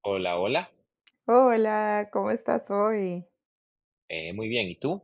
Hola, hola. Hola, ¿cómo estás hoy? Muy bien, ¿y tú?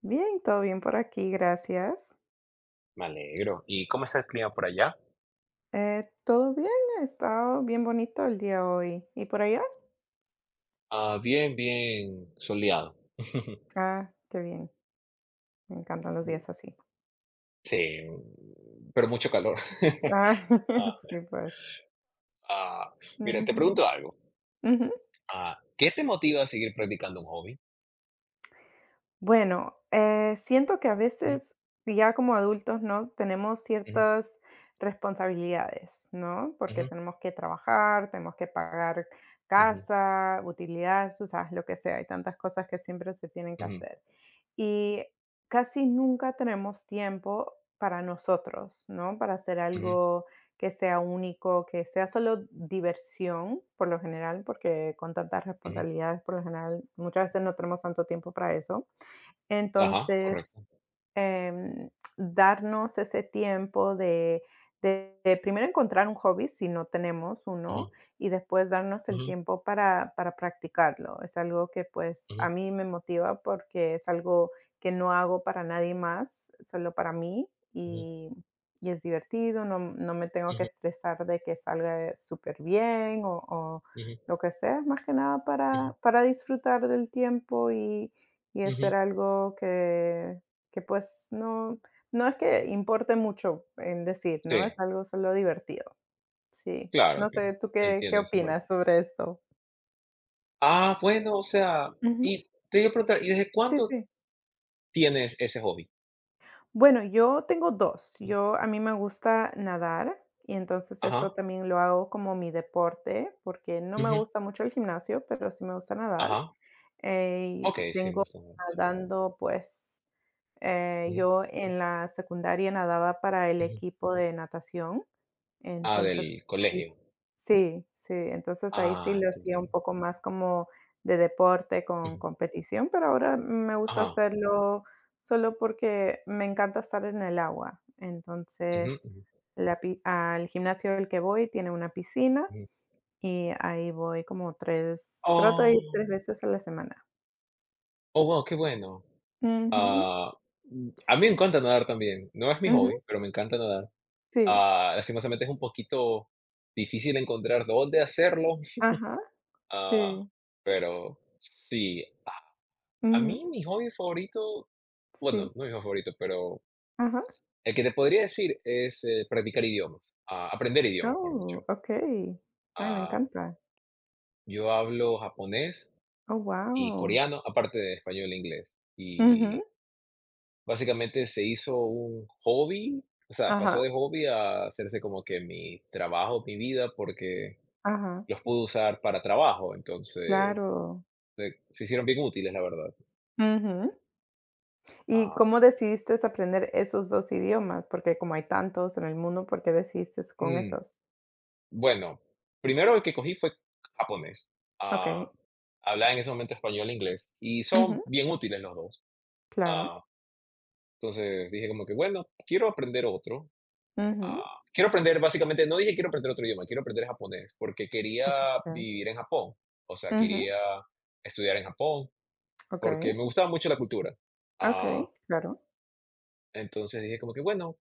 Bien, todo bien por aquí, gracias. Me alegro. ¿Y cómo está el clima por allá? Todo bien, ha estado bien bonito el día hoy. ¿Y por allá? Ah, bien, bien soleado. Ah, qué bien, me encantan los días así. Sí, pero mucho calor. Ah, Ah, sí, pues. ah, mira, te Ujú, pregunto algo. ujú. ¿Qué te motiva a seguir practicando un hobby? Bueno, siento que a Ujú, veces ya como adultos, ¿no? Tenemos ujú, ciertas responsabilidades, ¿no? Porque ujú, tenemos que trabajar, tenemos que pagar ujú, casa, utilidades, o sea, lo que sea. Hay tantas cosas que siempre se tienen que ujú, hacer. Y casi nunca tenemos tiempo para nosotros, ¿no? Para hacer ujú, algo que sea único, que sea solo diversión, por lo general, porque con tantas ujú. responsabilidades, por lo general, muchas veces no tenemos tanto tiempo para eso. Ajá, Entonces, correcto. em, darnos ese tiempo de primero encontrar un hobby si no tenemos uno Ujú, y después darnos el ujú, tiempo para practicarlo. Es algo que pues a ujú, mí me motiva porque es algo que no hago para nadie más, solo para mí ujú, y es divertido, no, no me tengo que ujú, estresar de que salga súper bien o ujú, lo que sea, es más que nada ujú, para disfrutar del tiempo y ujú. hacer algo que pues no es que importe mucho en decir, ¿no? Es Sí, algo solo divertido. Sí. claro No que sé, ¿tú qué entiendo esa parte. opinas sobre esto? Ah, bueno, o sea, Ujú. y te iba a preguntar, ¿y desde Sí, cuándo sí. tienes ese hobby? Bueno, yo tengo dos. Yo a mí me gusta nadar y entonces eso Ajá, también lo hago como mi deporte, porque no me ujú, gusta mucho el gimnasio, pero sí me gusta nadar. ajá. Y Okey, sí, me tengo gusta. nadando, pues, Ujú, yo en la secundaria nadaba para el ujú. equipo de natación. Ah, Entonces, del ahí s colegio. sí, sí, entonces ahí sí Ah, lo hacía entendí. un poco más como de deporte con Ujú, competición, pero ahora me gusta ajá, hacerlo solo porque me encanta estar en el agua. ujú, Entonces, ujú, la pi al gimnasio al que voy tiene una piscina ujú. y ahí voy como tres trato de ir Oh, 3 veces a la semana. oh, guau, qué bueno. Ujú, Ah, a mí me sí. encanta nadar también. No es mi Ujú, hobby, pero me encanta nadar. sí. Lastimosamente es un poquito difícil encontrar dónde hacerlo. Ajá, ah, sí. pero sí. A Ujú, mí mi hobby favorito, bueno, sí. no mi hobby favorito, pero Ajá. el que te podría decir es, practicar idiomas, aprender idiomas, mejor dicho. Oh, okey. Ay, me Ah, encanta. yo hablo japonés Oh, y wow. coreano, aparte de español e inglés. Y Ujú. básicamente se hizo un hobby, o sea, Ajá, pasó de hobby a hacerse como que mi trabajo, mi vida, porque ajá, los pude usar para trabajo, entonces claro. se hicieron bien útiles, la verdad. Ujú. ¿Y Ah, cómo decidiste aprender esos 2 idiomas? Porque como hay tantos en el mundo, ¿por qué decidiste con mm, esos? bueno, primero el que cogí fue japonés. Ah, Okey. hablaba en ese momento español e inglés y son Ujú, bien útiles los dos. claro. Ah, entonces dije como que, bueno, quiero aprender otro. Ujú. Quiero aprender, básicamente, no dije quiero aprender otro idioma, quiero aprender japonés, porque Okey. quería vivir en Japón. O sea, Ujú. quería estudiar en Japón, Okey. porque me gustaba mucho la cultura. Ah, Okey, claro. entonces dije como que, bueno,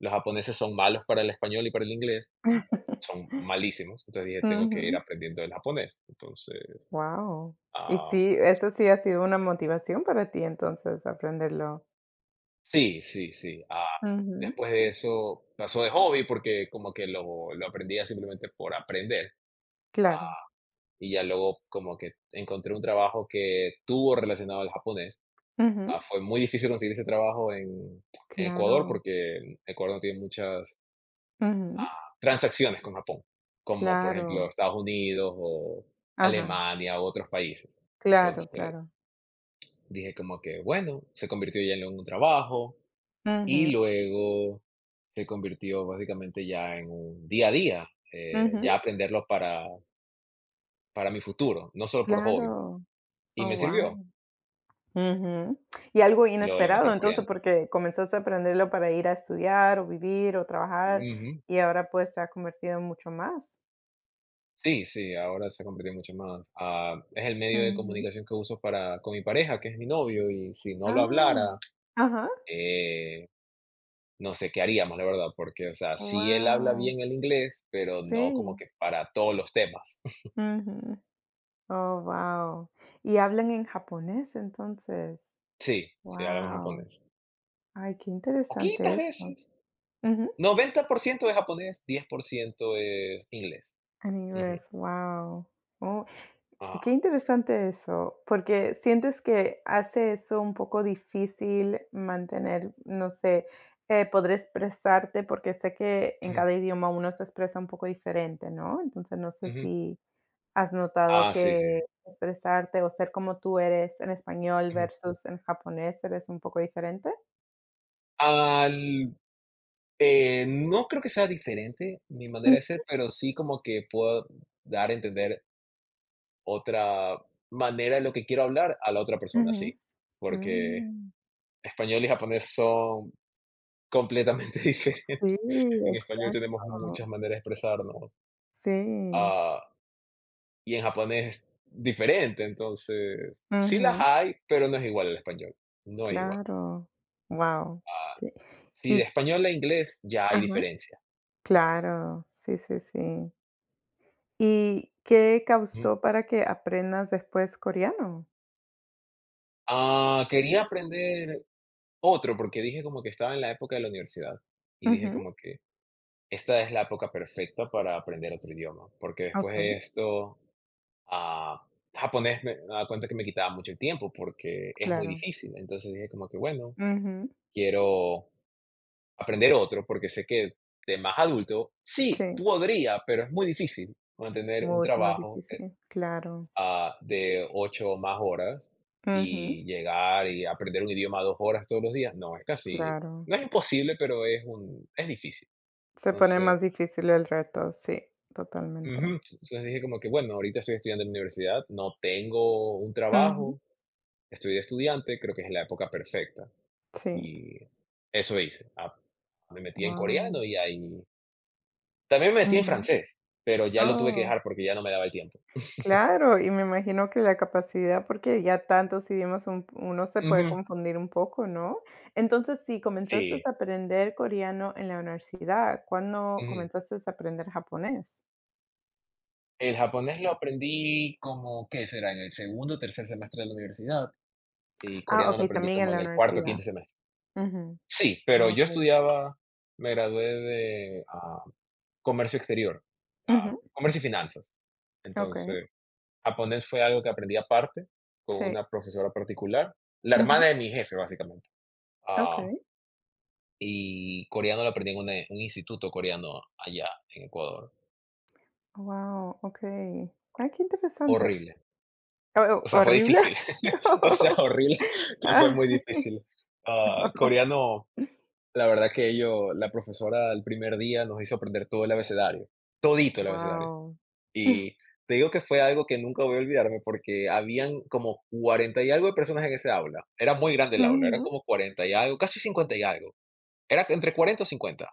los japoneses son malos para el español y para el inglés, son malísimos. Entonces dije, tengo que ir Ujú. aprendiendo el japonés. Entonces, Wow. Y ah, sí, eso sí ha sido una motivación para ti entonces aprenderlo. sí, sí, sí. Ujú. Después de eso pasó de hobby, porque como que lo aprendía simplemente por aprender. Claro. Ah, y ya luego como que encontré un trabajo que tuvo relacionado al japonés. Ujú. Fue muy difícil conseguir ese trabajo en, Ecuador Claro. porque Ecuador no tiene muchas Ujú. transacciones con Japón, como por ejemplo Claro. Estados Unidos o Ajá. Alemania u otros países. Claro, claro. Entonces dije como que, bueno, se convirtió ya en un trabajo y Ujú, luego se convirtió básicamente ya en un día a día, ya ujú. aprenderlo para mi futuro, no solo por hobby. Claro. Y Oh, me sirvió, wow. Ujú. Y algo y luego le metí inesperado, el entonces, coreano. porque comenzaste a aprenderlo para ir a estudiar, o vivir, o trabajar, Ujú. y ahora, pues, se ha convertido en mucho más. Sí, sí, ahora se ha convertido mucho más. Es el medio de Ujú. comunicación que uso para con mi pareja, que es mi novio, y si no lo Ah. hablara, Ajá. eh, no sé qué haríamos, la verdad, porque, o sea, sí él habla Wow, bien el inglés, pero no como sí. que para todos los temas. Ujú. Oh, wow. ¿Y hablan en japonés, entonces? Sí, sí, hablamos Wow. japonés. Ay, qué interesante Poquitas eso. veces. Ujú. 90% es japonés, 10% es inglés. En Ujú. inglés, wow. Oh. Qué Ah, interesante eso, porque sientes que hace eso un poco difícil mantener, no sé, poder expresarte, porque sé que en ujú, cada idioma uno se expresa un poco diferente, ¿no? Entonces no sé ujú. si has notado Sí, sí. que expresarte o ser como tú eres en español Ujú. versus en japonés eres un poco diferente. Al no creo que sea diferente mi Mm, manera de ser, pero sí como que puedo dar a entender otra manera de lo que quiero hablar a la otra persona, ujú. sí. Porque Mm, español y japonés son completamente sí, diferentes. En español tenemos muchas exacto. maneras de expresarnos, Sí. ah, y en japonés es diferente, entonces sí las Ujú, hay, pero no es igual al español, no es igual. claro. Wow. Ah, si de Y español a inglés ya hay ajá, diferencia. claro, sí, sí, sí. ¿Y qué Ujú. causó para que aprendas después coreano? Quería aprender otro, porque dije como que estaba en la época de la universidad, y dije Ujú, como que esta es la época perfecta para aprender otro idioma, porque después okey, de esto, ah, japonés me daba cuenta que me quitaba mucho el tiempo porque es muy claro. difícil. Entonces dije como que, bueno, Ujú, quiero aprender otro porque sé que de más adulto, sí, sí, podría, pero es muy difícil mantener un mucho más trabajo difícil, claro. De 8 o más horas Ujú, y llegar y aprender un idioma 2 horas todos los días. No, es casi claro. no es imposible, pero es difícil. Se pone más Entonces difícil el reto, sí, ujú, totalmente. entonces dije como que, bueno, ahorita estoy estudiando en la universidad, no tengo un Ujú, trabajo, estoy de estudiante, creo que es la época perfecta sí. y eso hice. Me metí en Wow. coreano y ahí también me metí en Ujú. francés, pero ya lo tuve que Oh. dejar porque ya no me daba el tiempo. Claro, y me imagino que la capacidad, porque ya tantos idiomas uno se puede Ujú, confundir un poco, ¿no? Entonces, si comenzaste sí, a aprender coreano en la universidad, ¿cuándo ujú. comenzaste a aprender japonés? El japonés lo aprendí como, ¿qué será? En el segundo o tercer semestre de la universidad, y Ah, coreano lo ok, aprendí también en como en la el cuarto o universidad. quinto semestre. Ujú. Sí, pero Ah, yo ok. estudiaba me gradué de, comercio exterior, Ujú. comercio y finanzas. Ok, Entonces, japonés fue algo que aprendí aparte, con sí. una profesora particular, la hermana Ujú. de mi jefe, básicamente. Ah, Ok, y coreano lo aprendí en una un instituto coreano allá en Ecuador. wow, ok. Ay, qué interesante. Horrible. Oh, oh, O sea, fue ¿horrible? difícil. O sea, horrible, que fue Ah, muy difícil. Coreano, la verdad que ello, la profesora el primer día nos hizo aprender todo el abecedario, todito el abecedario. wow. Y te digo que fue algo que nunca voy a olvidarme porque habían como 40 y algo de personas en ese aula. Era muy grande el aula, eran Ujú, como 40 y algo, casi 50 y algo. Era entre 40 o 50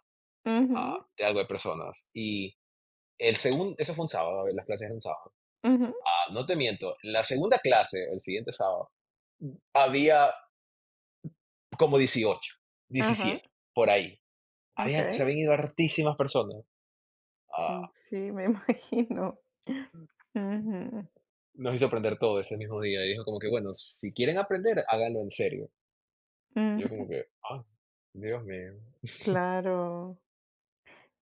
ujú, de algo de personas. Y el segundo, eso fue un sábado, las clases eran un sábado. ujú. No te miento, la segunda clase, el siguiente sábado, había como 18, Ajá. 17, por ahí. Habían, Okey, se habían ido hartísimas personas. mm, Ah, sí, me imagino. Ujú, nos hizo aprender todo ese mismo día. Y dijo como que, bueno, si quieren aprender, háganlo en serio. Y yo como ujú, que, ah, Dios mío. claro.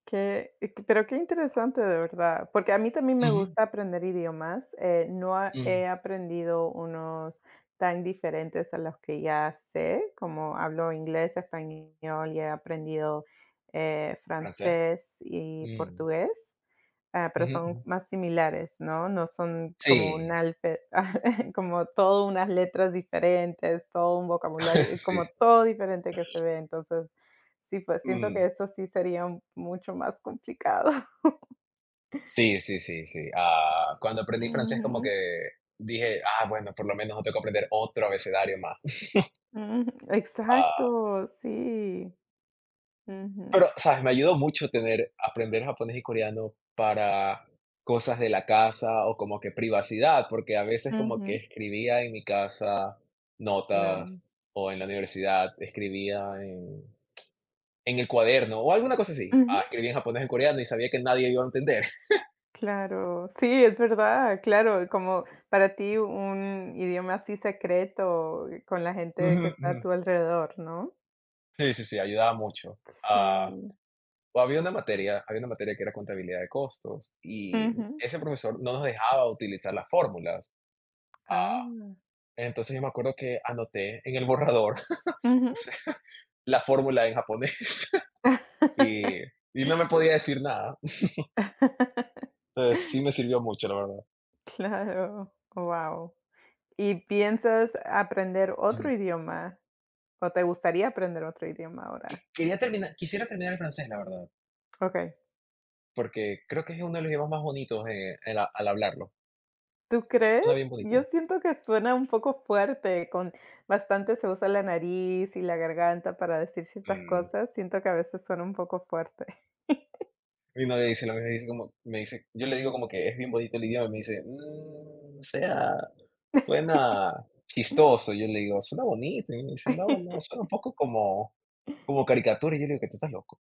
Qué q pero qué interesante, de verdad, porque a mí también me Ujú, gusta aprender idiomas, no a mm, he aprendido unos tan diferentes a los que ya sé, como hablo inglés, español y he aprendido, ¿francés? francés y Mm, portugués, ah, pero ujú, son ujú. más similares, ¿no? No son como un Sí, alfe como todo unas letras diferentes, todo un vocabulario, sí. como todo diferente que se ve, entonces sí, pues siento que Mm, eso sí sería mucho más complicado. sí, sí, sí, sí. Cuando aprendí francés como que Ujú, dije, ah, bueno, por lo menos no tengo que aprender otro abecedario más. ujú, exacto, sí. Ujú, Pero, ¿sabes? Me ayudó mucho tener aprender japonés y coreano para cosas de la casa o como que privacidad, porque a veces como que ujú, escribía en mi casa claro. notas o en la universidad escribía en el cuaderno o alguna cosa así. Ujú, Escribía en japonés, en coreano y sabía que nadie iba a entender. claro. Sí, es verdad, claro, como para ti un idioma así secreto, con la gente Ujú, que está ujú. a tu alrededor, ¿no? Sí, sí, sí, ayudaba mucho. Sí. O había una materia que era contabilidad de costos y Ujú. ese profesor no nos dejaba utilizar las fórmulas. Ah, Ah, entonces yo me acuerdo que anoté en el borrador, ujú. o sea, la fórmula en japonés y no me podía decir nada. Entonces sí me sirvió mucho, la verdad. Claro, wow. ¿Y piensas aprender otro Ujú. idioma? ¿O te gustaría aprender otro idioma ahora? Quería terminar, quisiera terminar el francés, la verdad, Okey. porque creo que es uno de los idiomas más bonitos, en la- al hablarlo. ¿Tú crees? Suena bien Yo bonito. siento que suena un poco fuerte, con bastante se usa la nariz y la garganta para decir ciertas Mm. cosas, siento que a veces suena un poco fuerte. Mi novia dice lo mismo, dice como, me dice, yo le digo como que es bien bonito el idioma y me dice, "Mm, o sea, suena chistoso". Yo le digo, suena bonito. Y me dice, no, no, suena un poco como, como caricatura. Y yo le digo que tú estás loco.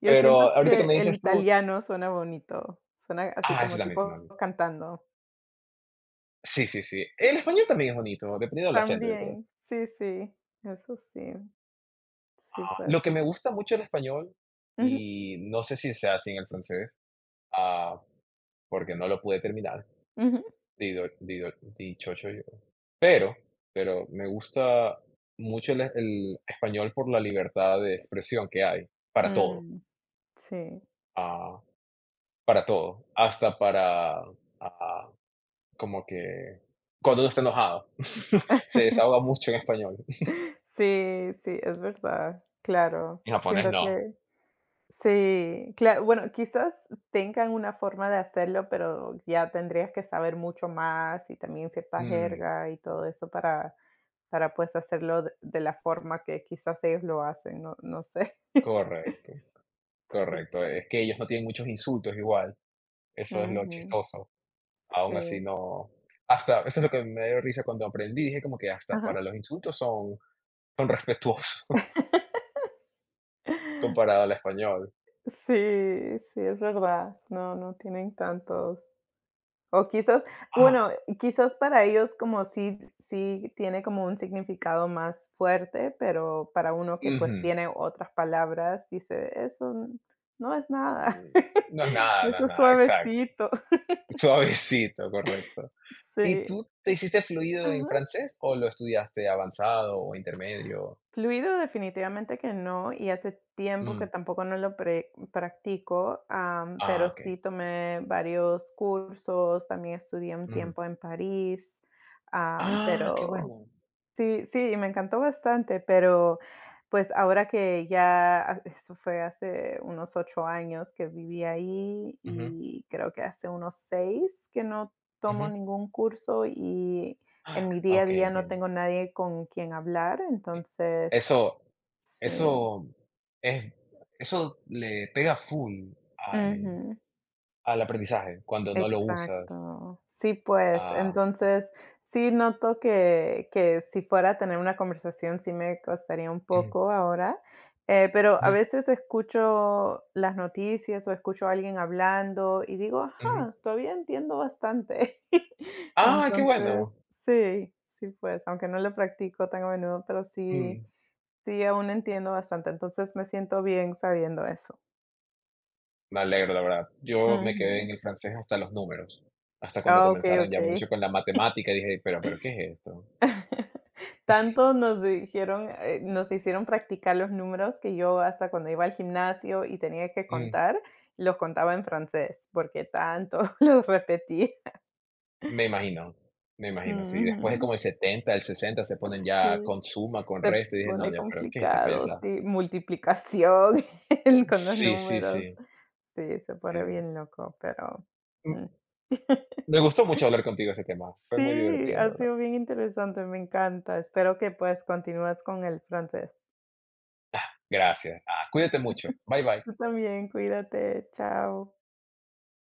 Yo siento Pero ahorita que que me el dices tú, italiano suena bonito, suena así ese como también es tipo sinónimo. cantando. Sí, sí, sí. El español también es bonito, dependiendo del acento, yo creo. También, sí, sí, eso sí, sí, Lo pues. que me gusta mucho del español, Ujú, y no sé si sea así en el francés, ah, porque no lo pude terminar, ujú. dido dido dichoso yo. Pero me gusta mucho el español por la libertad de expresión que hay para todo, Mm, sí. ah, para todo, hasta para, ah, como que cuando uno está enojado, se desahoga mucho en español. Sí, sí, es verdad, claro. En japonés Siento no. que sí, claro, bueno, quizás tengan una forma de hacerlo, pero ya tendrías que saber mucho más y también cierta Mm, jerga y todo eso para, pues, hacerlo de la forma que quizás ellos lo hacen, no sé. correcto, Sí, correcto. pues. Es que ellos no tienen muchos insultos igual, eso es lo Ujú. chistoso. Aún así Sí. no, hasta eso es lo que me dio risa cuando aprendí, dije como que hasta Ajá. para los insultos son respetuosos comparado al español. Sí, sí, es verdad. No, no tienen tantos. O quizás, Ah, bueno, quizás para ellos como sí tiene como un significado más fuerte, pero para uno que, ujú. pues, tiene otras palabras, dice: "Eso no es nada. Mm, no es nada, no Eso es es nada, exacto. suavecito". Suavecito, correcto. ¿Y Sí. tú te hiciste fluido en Ajá. francés o lo estudiaste avanzado o intermedio? Fluido definitivamente que no, y hace tiempo que Mm, tampoco no lo pre practico, ah, pero sí okey. tomé varios cursos, también estudié un Ujú. tiempo en París, Ah, qué pero bueno. sí, sí, y me encantó bastante, pero, pues, ahora que ya ha eso fue hace unos 8 años que viví ahí, y creo que hace unos 6 que no tomo Ujú. ningún curso, y en Ah, mi día a okey, día no entiendo. tengo nadie con quien hablar, Sí. entonces Eso sí. eso es eso le pega full al Ujú. al aprendizaje cuando no lo usas, Exacto. Sí, pues, ah, entonces, sí noto que si fuera a tener una conversación, sí me costaría un ujú, poco ahora, pero a ujú, veces escucho las noticias o escucho a alguien hablando y digo: ujú. "Ajá, todavía entiendo bastante". ¡Ah, qué Entonces, bueno! sí, sí, pues, aunque no lo practico tan a menudo, pero Mm, sí aún entiendo bastante, entonces me siento bien sabiendo eso. me alegro, la verdad. Yo me quedé Ujú. en el francés hasta los números, hasta cuando Ah, okey, comenzaron ya mucho okey. con la matemática. Dije: "Pero, ¿qué es esto?". Tanto nos dijeron, nos hicieron practicar los números que yo hasta cuando iba al gimnasio y tenía que Mm, contar, los contaba en francés, porque tanto los repetí. me imagino, me imagino, sí. Después de Ujú. como el 70 el 60 se ponen ya Sí, con suma, con se resta, y dije: pone "No, ya, pero ¿qué es esta complicado, payasada?". sí, multiplicación el con los Sí, sí, números. sí, Sí, se pone sí. bien loco, pero, Mm, mm. me gustó mucho hablar contigo de ese tema. Fue muy Sí, divertido, la ha verdad. sido bien interesante, me encanta. Espero que, pues, continúes con el francés. Gracias. Cuídate mucho. Bye, Tú bye. también, cuídate, chao.